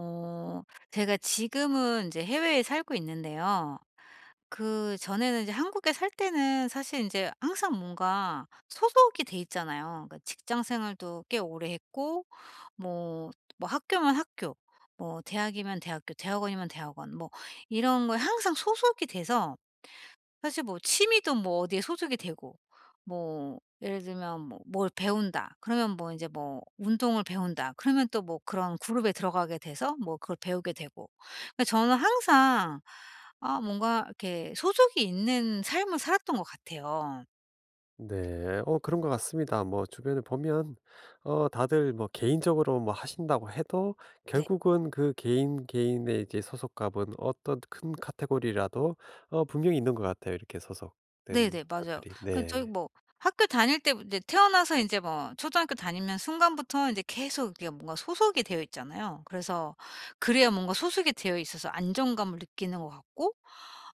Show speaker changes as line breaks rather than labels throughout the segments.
어 제가 지금은 이제 해외에 살고 있는데요. 그전에는 이제 한국에 살 때는 사실 이제 항상 뭔가 소속이 돼 있잖아요. 그러니까 직장 생활도 꽤 오래 했고, 뭐 뭐 학교면 학교, 뭐 대학이면 대학교, 대학원이면 대학원, 뭐 이런 거에 항상 소속이 돼서 사실 뭐 취미도 뭐 어디에 소속이 되고, 뭐 예를 들면 뭐 뭘 배운다. 그러면 뭐 이제 뭐 운동을 배운다. 그러면 또 뭐 그런 그룹에 들어가게 돼서 뭐 그걸 배우게 되고. 그러니까 저는 항상 아 뭔가 이렇게 소속이 있는 삶을 살았던 것 같아요.
네. 그런 것 같습니다. 뭐 주변에 보면, 다들 뭐 개인적으로 뭐 하신다고 해도
네.
결국은 그 개인 개인의 이제 소속감은 어떤 큰 카테고리라도 분명히 있는 것 같아요, 이렇게 소속된
네네, 맞아요.
것들이.
그 저희
네.
뭐 학교 다닐 때 인제 태어나서 인제 뭐 초등학교 다니면 순간부터 인제 계속 이게 뭔가 소속이 되어 있잖아요. 그래서 그래야 뭔가 소속이 되어 있어서 안정감을 느끼는 것 같고,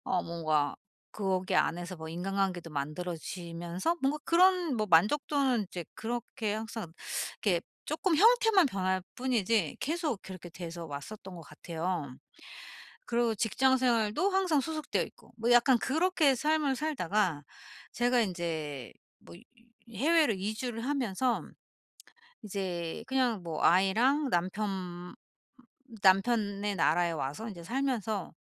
뭔가 거기 안에서 뭐 인간관계도 만들어지면서 뭔가 그런 뭐 만족도는 이제 그렇게 항상 이렇게 조금 형태만 변할 뿐이지 계속 그렇게 돼서 왔었던 것 같아요. 그리고 직장 생활도 항상 소속되어 있고 뭐 약간 그렇게 삶을 살다가, 제가 이제 뭐 해외로 이주를 하면서 이제 그냥 뭐 아이랑 남편, 남편의 나라에 와서 이제 살면서,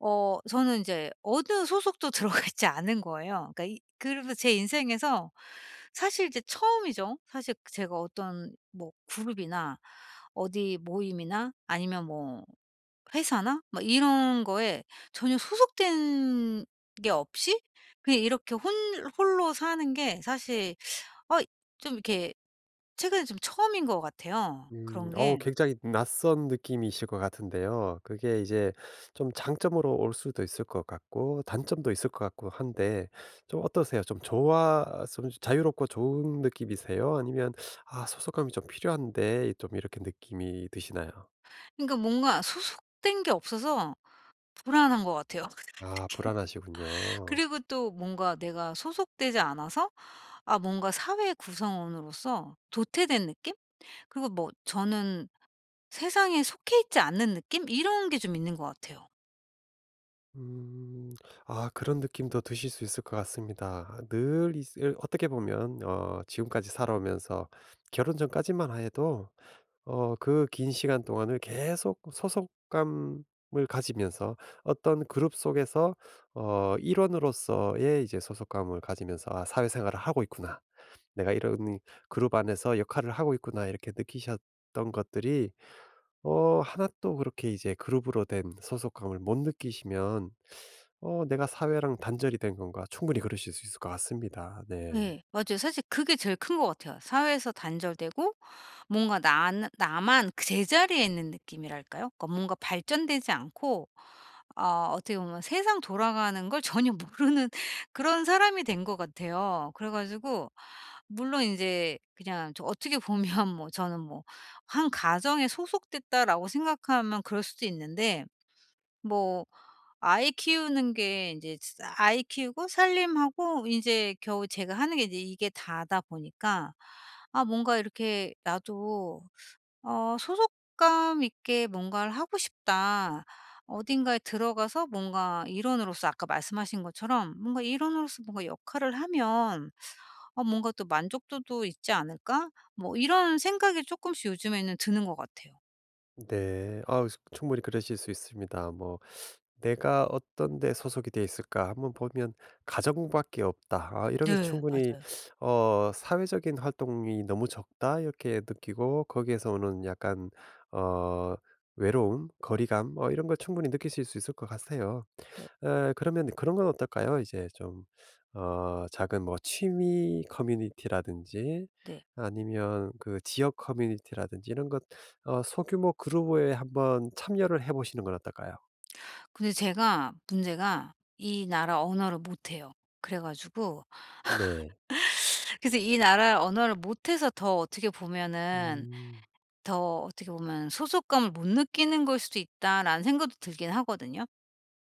저는 이제 어느 소속도 들어가 있지 않은 거예요. 그러니까 이 그래서 제 인생에서 사실 이제 처음이죠. 사실 제가 어떤 뭐 그룹이나 어디 모임이나 아니면 뭐 회사나 뭐 이런 거에 전혀 소속된 게 없이 그냥 이렇게 혼 홀로 사는 게, 사실 어 좀 이렇게 최근에 좀 처음인 것 같아요,
음.
그런 게.
굉장히 낯선 느낌이실 것 같은데요. 그게 이제 좀 장점으로 올 수도 있을 것 같고 단점도 있을 것 같고 한데 좀 어떠세요? 좀 자유롭고 좋은 느낌이세요? 아니면 '아 소속감이 좀 필요한데.' 좀 이렇게 느낌이 드시나요?
그러니까 뭔가 소속된 게 없어서 불안한 것 같아요.
아
특히.
불안하시군요.
그리고 또 뭔가 내가 소속되지 않아서 아 뭔가 사회 구성원으로서 도태된 느낌? 그리고 뭐 저는 세상에 속해 있지 않는 느낌? 이런 게 좀 있는 것 같아요.
음. 아 그런 느낌도 드실 수 있을 것 같습니다. 늘 있 어떻게 보면 지금까지 살아오면서 결혼 전까지만 해도 그 긴 시간 동안을 계속 소속감을 가지면서 어떤 그룹 속에서 일원으로서의 이제 소속감을 가지면서 '아 사회생활을 하고 있구나. 내가 이런 그룹 안에서 역할을 하고 있구나.' 이렇게 느끼셨던 것들이 하나도 그렇게 이제 그룹으로 된 소속감을 못 느끼시면 '내가 사회랑 단절이 된 건가.' 충분히 그러실 수 있을 것 같습니다. 네.
네, 맞아요. 사실 그게 제일 큰 것 같아요. 사회에서 단절되고 뭔가 나 나만 그 제자리에 있는 느낌이랄까요? 그러니까 뭔가 발전되지 않고, 어 어떻게 보면 세상 돌아가는 걸 전혀 모르는 그런 사람이 된 것 같아요. 그래 가지고 물론 이제 그냥 저 어떻게 보면 뭐 저는 뭐 '한 가정에 소속됐다.'라고 생각하면 그럴 수도 있는데, 뭐 아이 키우는 게 인제 사 아이 키우고 살림하고 인제 겨우 제가 하는 게 이제 이게 다다 보니까, 아 뭔가 이렇게 나도 '소속감 있게 뭔가를 하고 싶다. 어딘가에 들어가서 뭔가 일원으로서' 아까 말씀하신 것처럼 '뭔가 일원으로서 뭔가 역할을 하면 어 뭔가 또 만족도도 있지 않을까?' 뭐 이런 생각이 쪼끔씩 요즘에는 드는 것 같아요.
네. 아 충분히 그러실 수 있습니다. 뭐 '내가 어떤 데 소속이 돼 있을까?' 한번 보면 '가정밖에 없다.' 아 이러면
네,
충분히
맞아요.
'사회적인 활동이 너무 적다.' 이렇게 느끼고 거기에서 오는 약간 어 외로움, 거리감, 이런 걸 충분히 느끼실 수 있을 것 같아요.
네.
그러면 그런 건 어떨까요? 이제 좀 작은 뭐 취미 커뮤니티라든지
네.
아니면 그 지역 커뮤니티라든지 이런 것, 소규모 그룹에 한번 참여를 해 보시는 건 어떨까요?
근데 제가 문제가 이 나라 언어를 못 해요. 그래 가지고
네.
그래서 이 나라 언어를 못 해서 더 어떻게 보면은,
음.
더 어떻게 보면 '소속감을 못 느끼는 걸 수도 있다.'라는 생각도 들긴 하거든요.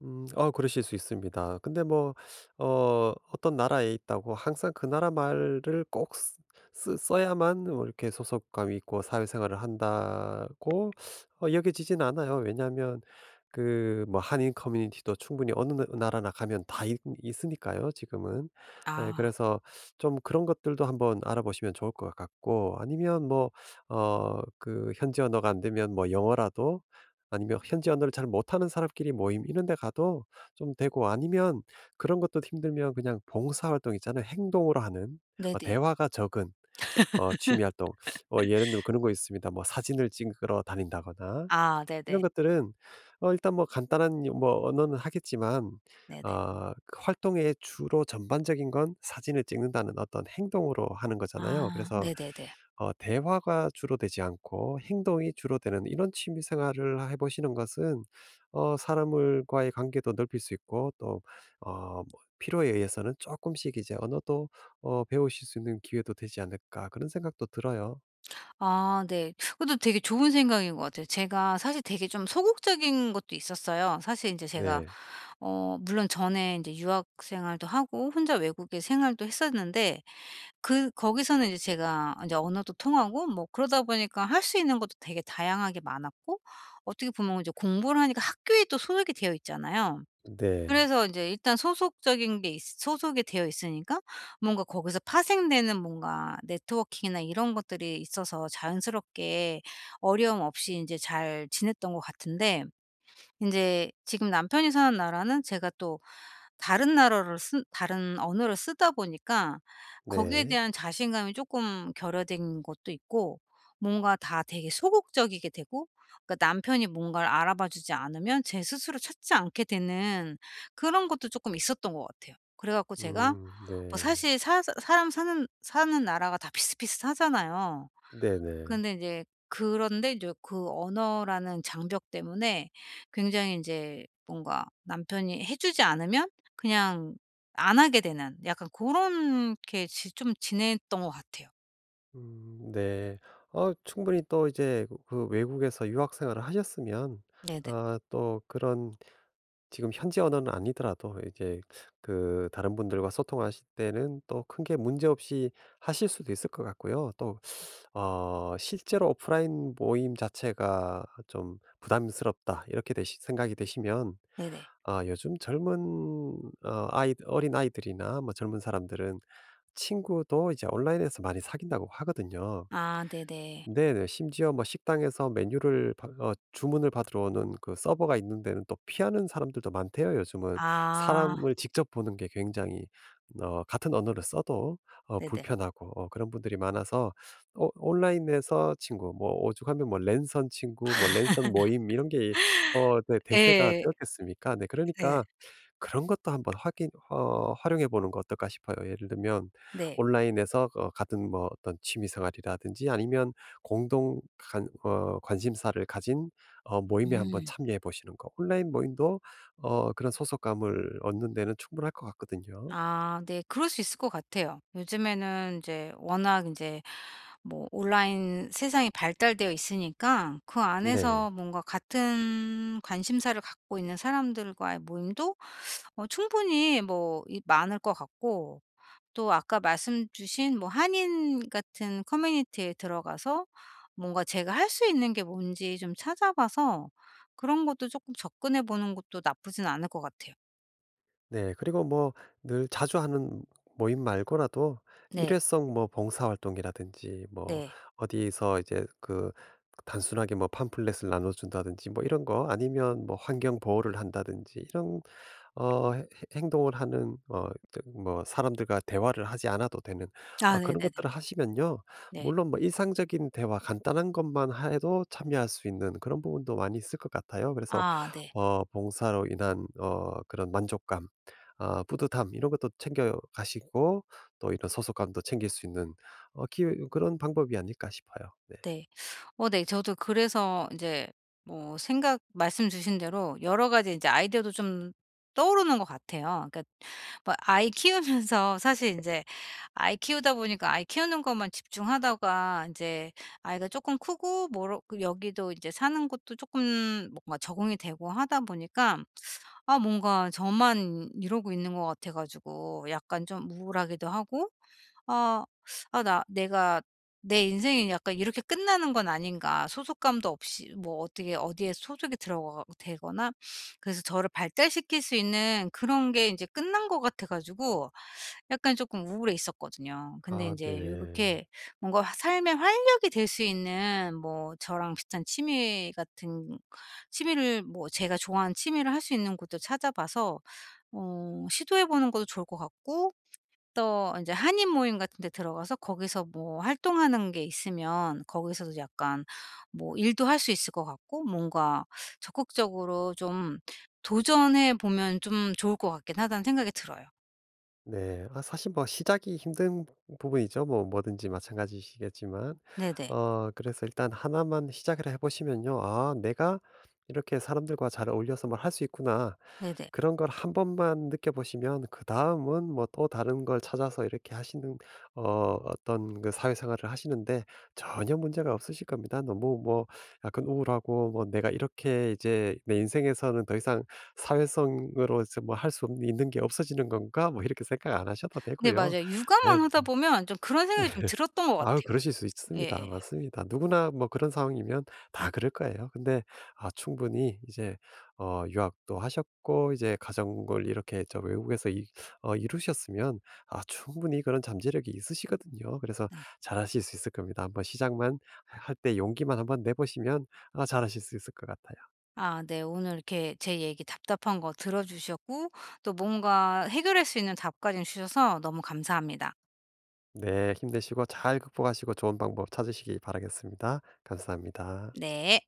음. 그러실 수 있습니다. 근데 뭐 어떤 나라에 있다고 항상 그 나라 말을 꼭 쓰 쓰 써야만 뭐 이렇게 소속감이 있고 사회생활을 한다고 여겨지진 않아요. 왜냐하면 그 뭐 한인 커뮤니티도 충분히 어느 나라나 가면 다 있으니까요 지금은. 예
아
그래서 좀 그런 것들도 한번 알아보시면 좋을 것 같고, 아니면 뭐 그 현지 언어가 안 되면 뭐 영어라도, 아니면 현지 언어를 잘 못하는 사람끼리 모임 이런 데 가도 좀 되고, 아니면 그런 것도 힘들면 그냥 봉사활동 있잖아요. 행동으로 하는
네네.
대화가 적은 취미 활동. 예를 들면 그런 거 있습니다. 뭐 사진을 찍으러 다닌다거나
아
이런
네네.
것들은 일단 뭐 간단한 뭐 언어는 하겠지만
네네.
어, 그 활동의 주로 전반적인 건 사진을 찍는다는 어떤 행동으로 하는 거잖아요.
아
그래서
네네네.
대화가 주로 되지 않고 행동이 주로 되는 이런 취미 생활을 해 보시는 것은 사람과의 관계도 넓힐 수 있고, 또 뭐 필요에 의해서는 조금씩 이제 언어도 배우실 수 있는 기회도 되지 않을까 그런 생각도 들어요.
아 네. 그것도 되게 좋은 생각인 것 같아요. 제가 사실 되게 좀 소극적인 것도 있었어요. 사실 이제 제가
네.
물론 전에 이제 유학 생활도 하고 혼자 외국에 생활도 했었는데, 그 거기서는 이제 제가 제 언어도 통하고 뭐 그러다 보니까 할 수 있는 것도 되게 다양하게 많았고, 어떻게 보면 이제 공부를 하니까 학교에 또 소속이 되어 있잖아요.
네.
그래서 인제 일단 소속적인 게 있 소속이 되어 있으니까 뭔가 거기서 파생되는 뭔가 네트워킹이나 이런 것들이 있어서 자연스럽게 어려움 없이 인제 잘 지냈던 것 같은데, 인제 지금 남편이 사는 나라는 제가 또 다른 나라를 쓴 다른 언어를 쓰다 보니까 거기에
네.
대한 자신감이 쪼끔 결여된 것도 있고, 뭔가 다 되게 소극적이게 되고, 그러니까 남편이 뭔가를 알아봐 주지 않으면 제 스스로 찾지 않게 되는 그런 것도 쪼끔 있었던 것 같아요. 그래 갖고 제가 뭐
네.
사실 사 사람 사는 나라가 다 비슷비슷하잖아요.
네네.
근데 이제 그런데 이제 그 언어라는 장벽 때문에 굉장히 이제 뭔가 남편이 해 주지 않으면 그냥 안 하게 되는, 약간 고런 게 지 좀 지냈던 것 같아요.
네. 충분히 또 이제 그 그 외국에서 유학 생활을 하셨으면
네네.
아 또 그런 지금 현지 언어는 아니더라도 이제 그 다른 분들과 소통하실 때는 또 큰 게 문제없이 하실 수도 있을 것 같고요. 또 '실제로 오프라인 모임 자체가 좀 부담스럽다.' 이렇게 되시 생각이 되시면
네네.
아 요즘 젊은 어 아이 어린아이들이나 뭐 젊은 사람들은 친구도 이제 온라인에서 많이 사귄다고 하거든요.
아 네네.
네네. 심지어 뭐 식당에서 메뉴를 받 어 주문을 받으러 오는 그 서버가 있는 데는 또 피하는 사람들도 많대요, 요즘은.
아
사람을 직접 보는 게 굉장히 같은 언어를 써도
네네.
불편하고 그런 분들이 많아서 온라인에서 친구, 뭐 오죽하면 뭐 랜선 친구 뭐 랜선 모임 이런 게 네 대세가
예.
되었겠습니까? 네
네.
그러니까 그런 것도 한번 확인 어 활용해 보는 거 어떨까 싶어요. 예를 들면
네.
온라인에서 같은 뭐 어떤 취미 생활이라든지 아니면 공동 관 어 관심사를 가진 모임에 한번
음.
참여해 보시는 거. 온라인 모임도 그런 소속감을 얻는 데는 충분할 것 같거든요.
아 네. 그럴 수 있을 것 같아요. 요즘에는 이제 워낙 이제 뭐 온라인 세상이 발달되어 있으니까 그
네.
안에서 뭔가 같은 관심사를 갖고 있는 사람들과의 모임도 충분히 뭐 이 많을 것 같고, 또 아까 말씀 주신 뭐 한인 같은 커뮤니티에 들어가서 뭔가 제가 할 수 있는 게 뭔지 좀 찾아봐서 그런 것도 조금 접근해 보는 것도 나쁘진 않을 것 같아요.
네. 그리고 뭐 늘 자주 하는 모임 말고라도
네.
일회성 뭐 봉사활동이라든지 뭐
네.
어디서 이제 그 단순하게 뭐 팜플렛을 나눠준다든지 뭐 이런 거, 아니면 뭐 환경 보호를 한다든지 이런 어 해- 행동을 하는 뭐 사람들과 대화를 하지 않아도 되는
아
그런
네네네.
것들을 하시면요.
네.
물론 뭐 일상적인 대화 간단한 것만 해도 참여할 수 있는 그런 부분도 많이 있을 것 같아요. 그래서
아 네.
봉사로 인한 그런 만족감, 아 뿌듯함 이런 것도 챙겨 가시고 또 이런 소속감도 챙길 수 있는 어 기 그런 방법이 아닐까 싶어요. 네.
네. 어 네. 저도 그래서 이제 뭐 생각 말씀 주신 대로 여러 가지 이제 아이디어도 좀 떠오르는 것 같아요. 그러니까 뭐 아이 키우면서 사실 이제 아이 키우다 보니까 아이 키우는 것만 집중하다가 이제 아이가 조금 크고 뭐 여기도 이제 사는 것도 조금 뭔가 적응이 되고 하다 보니까, 아 뭔가 저만 이러고 있는 것 같아 가지고 약간 좀 우울하기도 하고, 아. '아 나 내가 내 인생이 약간 이렇게 끝나는 건 아닌가.' 소속감도 없이 뭐 어떻게 어디에 소속이 들어가 되거나 그래서 저를 발달시킬 수 있는 그런 게 이제 끝난 것 같아 가지고 약간 조금 우울해 있었거든요. 근데 이
아
제
네.
요렇게 뭔가 화 삶의 활력이 될 수 있는 뭐 저랑 비슷한 취미 같은 취미를, 뭐 제가 좋아하는 취미를 할 수 있는 곳도 찾아봐서 시도해 보는 것도 좋을 것 같고, 또 이제 한인 모임 같은 데 들어가서 거기서 뭐 활동하는 게 있으면 거기서도 약간 뭐 일도 할 수 있을 것 같고, 뭔가 적극적으로 좀 도전해 보면 좀 좋을 것 같긴 하다는 생각이 들어요.
네. 아 사실 뭐 시작이 힘든 부분이죠. 뭐 뭐든지 마찬가지시겠지만.
네네.
그래서 일단 하나만 시작을 해 보시면요. '아 내가 이렇게 사람들과 잘 어울려서 뭘 할 수 있구나.'
네네.
그런 걸 한 번만 느껴보시면, 그다음은 뭐 또 다른 걸 찾아서 이렇게 하시는 어 어떤 그 사회생활을 하시는데 전혀 문제가 없으실 겁니다. 너무 뭐 약간 우울하고 뭐 '내가 이렇게 이제 내 인생에서는 더 이상 사회성으로 뭐 할 수 있는 게 없어지는 건가?' 뭐 이렇게 생각 안 하셔도
네,
되고요.
맞아요.
예.
육아만 하다 보면 좀 그런
네.
생각이 좀 들었던 것
아유
같아요.
그러실 수 있습니다.
예예.
맞습니다. 누구나 뭐 그런 상황이면 다 그럴 거예요. 근데 아 충분히 이제 유학도 하셨고 이제 가정을 이렇게 저 외국에서 이 어 이루셨으면 아 충분히 그런 잠재력이 있으시거든요. 그래서
네.
잘하실 수 있을 겁니다. 한번 시작만 할 때 용기만 한번 내 보시면 아 잘하실 수 있을 것 같아요.
아 네. 오늘 이렇게 제 얘기 답답한 거 들어 주셨고 또 뭔가 해결할 수 있는 답까지 주셔서 너무 감사합니다.
네. 힘내시고 잘 극복하시고 좋은 방법 찾으시기 바라겠습니다. 감사합니다.
네.